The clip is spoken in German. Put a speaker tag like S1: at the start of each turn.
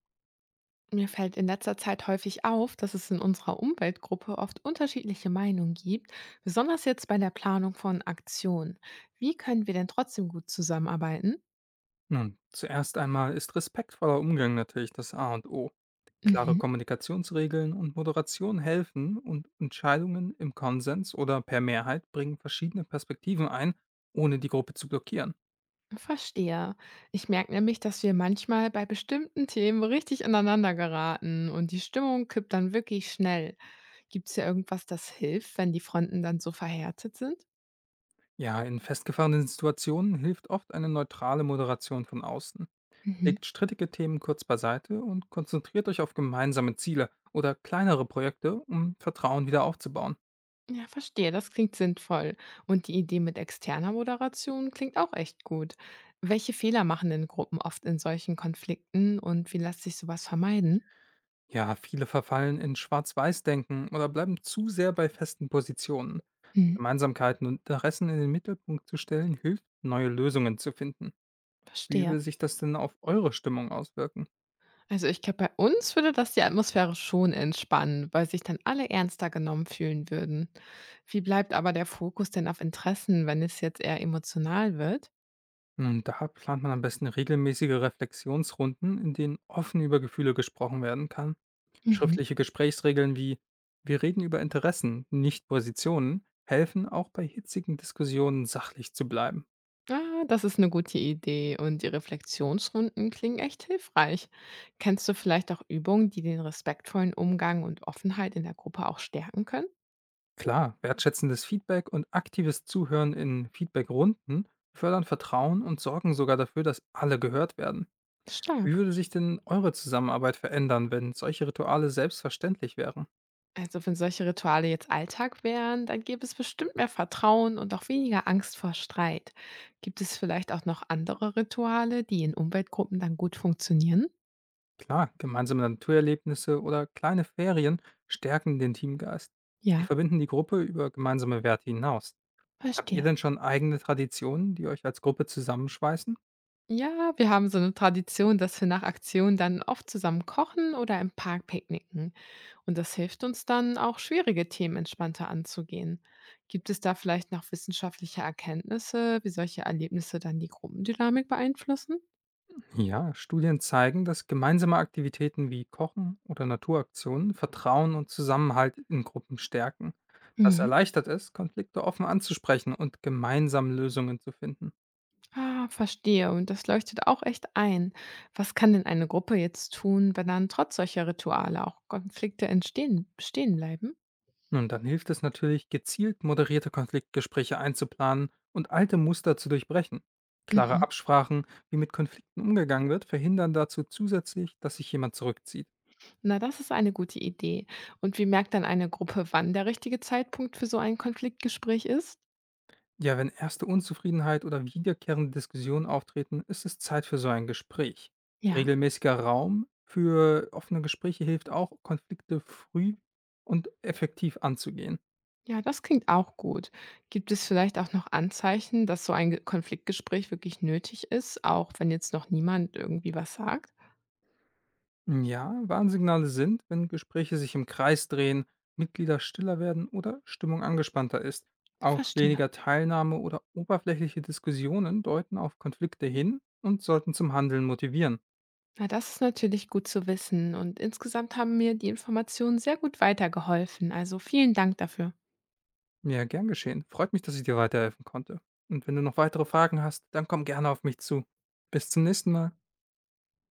S1: Mir fällt in letzter Zeit häufig auf, dass es in unserer Umweltgruppe oft unterschiedliche Meinungen gibt, besonders jetzt bei der Planung von Aktionen. Wie können wir denn trotzdem gut zusammenarbeiten?
S2: Nun, zuerst einmal ist respektvoller Umgang natürlich das A und O. Klare
S1: Mhm.
S2: Kommunikationsregeln und Moderation helfen und Entscheidungen im Konsens oder per Mehrheit bringen verschiedene Perspektiven ein, ohne die Gruppe zu blockieren.
S1: Verstehe. Ich merke nämlich, dass wir manchmal bei bestimmten Themen richtig ineinander geraten und die Stimmung kippt dann wirklich schnell. Gibt es hier irgendwas, das hilft, wenn die Fronten dann so verhärtet sind?
S2: Ja, in festgefahrenen Situationen hilft oft eine neutrale Moderation von außen.
S1: Mhm.
S2: Legt strittige Themen kurz beiseite und konzentriert euch auf gemeinsame Ziele oder kleinere Projekte, um Vertrauen wieder aufzubauen.
S1: Ja, verstehe, das klingt sinnvoll. Und die Idee mit externer Moderation klingt auch echt gut. Welche Fehler machen denn Gruppen oft in solchen Konflikten und wie lässt sich sowas vermeiden?
S2: Ja, viele verfallen in Schwarz-Weiß-Denken oder bleiben zu sehr bei festen Positionen.
S1: Hm,
S2: Gemeinsamkeiten und Interessen in den Mittelpunkt zu stellen, hilft, neue Lösungen zu finden. Wie
S1: verstehe.
S2: will sich das denn auf eure Stimmung auswirken?
S1: Also ich glaube, bei uns würde das die Atmosphäre schon entspannen, weil sich dann alle ernster genommen fühlen würden. Wie bleibt aber der Fokus denn auf Interessen, wenn es jetzt eher emotional wird?
S2: Nun, da plant man am besten regelmäßige Reflexionsrunden, in denen offen über Gefühle gesprochen werden kann.
S1: Mhm.
S2: Schriftliche Gesprächsregeln wie wir reden über Interessen, nicht Positionen, helfen auch bei hitzigen Diskussionen sachlich zu bleiben.
S1: Ah, das ist eine gute Idee und die Reflexionsrunden klingen echt hilfreich. Kennst du vielleicht auch Übungen, die den respektvollen Umgang und Offenheit in der Gruppe auch stärken können?
S2: Klar, wertschätzendes Feedback und aktives Zuhören in Feedbackrunden fördern Vertrauen und sorgen sogar dafür, dass alle gehört werden. Wie
S1: Stark.
S2: würde sich denn eure Zusammenarbeit verändern, wenn solche Rituale selbstverständlich wären?
S1: Also, wenn solche Rituale jetzt Alltag wären, dann gäbe es bestimmt mehr Vertrauen und auch weniger Angst vor Streit. Gibt es vielleicht auch noch andere Rituale, die in Umweltgruppen dann gut funktionieren?
S2: Klar, gemeinsame Naturerlebnisse oder kleine Ferien stärken den Teamgeist. Sie
S1: Ja,
S2: verbinden die Gruppe über gemeinsame Werte hinaus. Habt ihr
S1: verstehe.
S2: denn schon eigene Traditionen, die euch als Gruppe zusammenschweißen?
S1: Ja, wir haben so eine Tradition, dass wir nach Aktionen dann oft zusammen kochen oder im Park picknicken. Und das hilft uns dann, auch schwierige Themen entspannter anzugehen. Gibt es da vielleicht noch wissenschaftliche Erkenntnisse, wie solche Erlebnisse dann die Gruppendynamik beeinflussen?
S2: Ja, Studien zeigen, dass gemeinsame Aktivitäten wie Kochen oder Naturaktionen Vertrauen und Zusammenhalt in Gruppen stärken. Das
S1: Mhm.
S2: erleichtert es, Konflikte offen anzusprechen und gemeinsam Lösungen zu finden.
S1: Ah, verstehe. Und das leuchtet auch echt ein. Was kann denn eine Gruppe jetzt tun, wenn dann trotz solcher Rituale auch Konflikte entstehen, stehen bleiben?
S2: Nun, dann hilft es natürlich, gezielt moderierte Konfliktgespräche einzuplanen und alte Muster zu durchbrechen. Klare
S1: Mhm.
S2: Absprachen, wie mit Konflikten umgegangen wird, verhindern dazu zusätzlich, dass sich jemand zurückzieht.
S1: Na, das ist eine gute Idee. Und wie merkt dann eine Gruppe, wann der richtige Zeitpunkt für so ein Konfliktgespräch ist?
S2: Ja, wenn erste Unzufriedenheit oder wiederkehrende Diskussionen auftreten, ist es Zeit für so ein Gespräch.
S1: Ja.
S2: Regelmäßiger Raum für offene Gespräche hilft auch, Konflikte früh und effektiv anzugehen.
S1: Ja, das klingt auch gut. Gibt es vielleicht auch noch Anzeichen, dass so ein Konfliktgespräch wirklich nötig ist, auch wenn jetzt noch niemand irgendwie was sagt?
S2: Ja, Warnsignale sind, wenn Gespräche sich im Kreis drehen, Mitglieder stiller werden oder Stimmung angespannter ist. Auch
S1: Verstehe.
S2: weniger Teilnahme oder oberflächliche Diskussionen deuten auf Konflikte hin und sollten zum Handeln motivieren.
S1: Na, das ist natürlich gut zu wissen und insgesamt haben mir die Informationen sehr gut weitergeholfen. Also vielen Dank dafür.
S2: Ja, gern geschehen. Freut mich, dass ich dir weiterhelfen konnte. Und wenn du noch weitere Fragen hast, dann komm gerne auf mich zu. Bis zum nächsten Mal.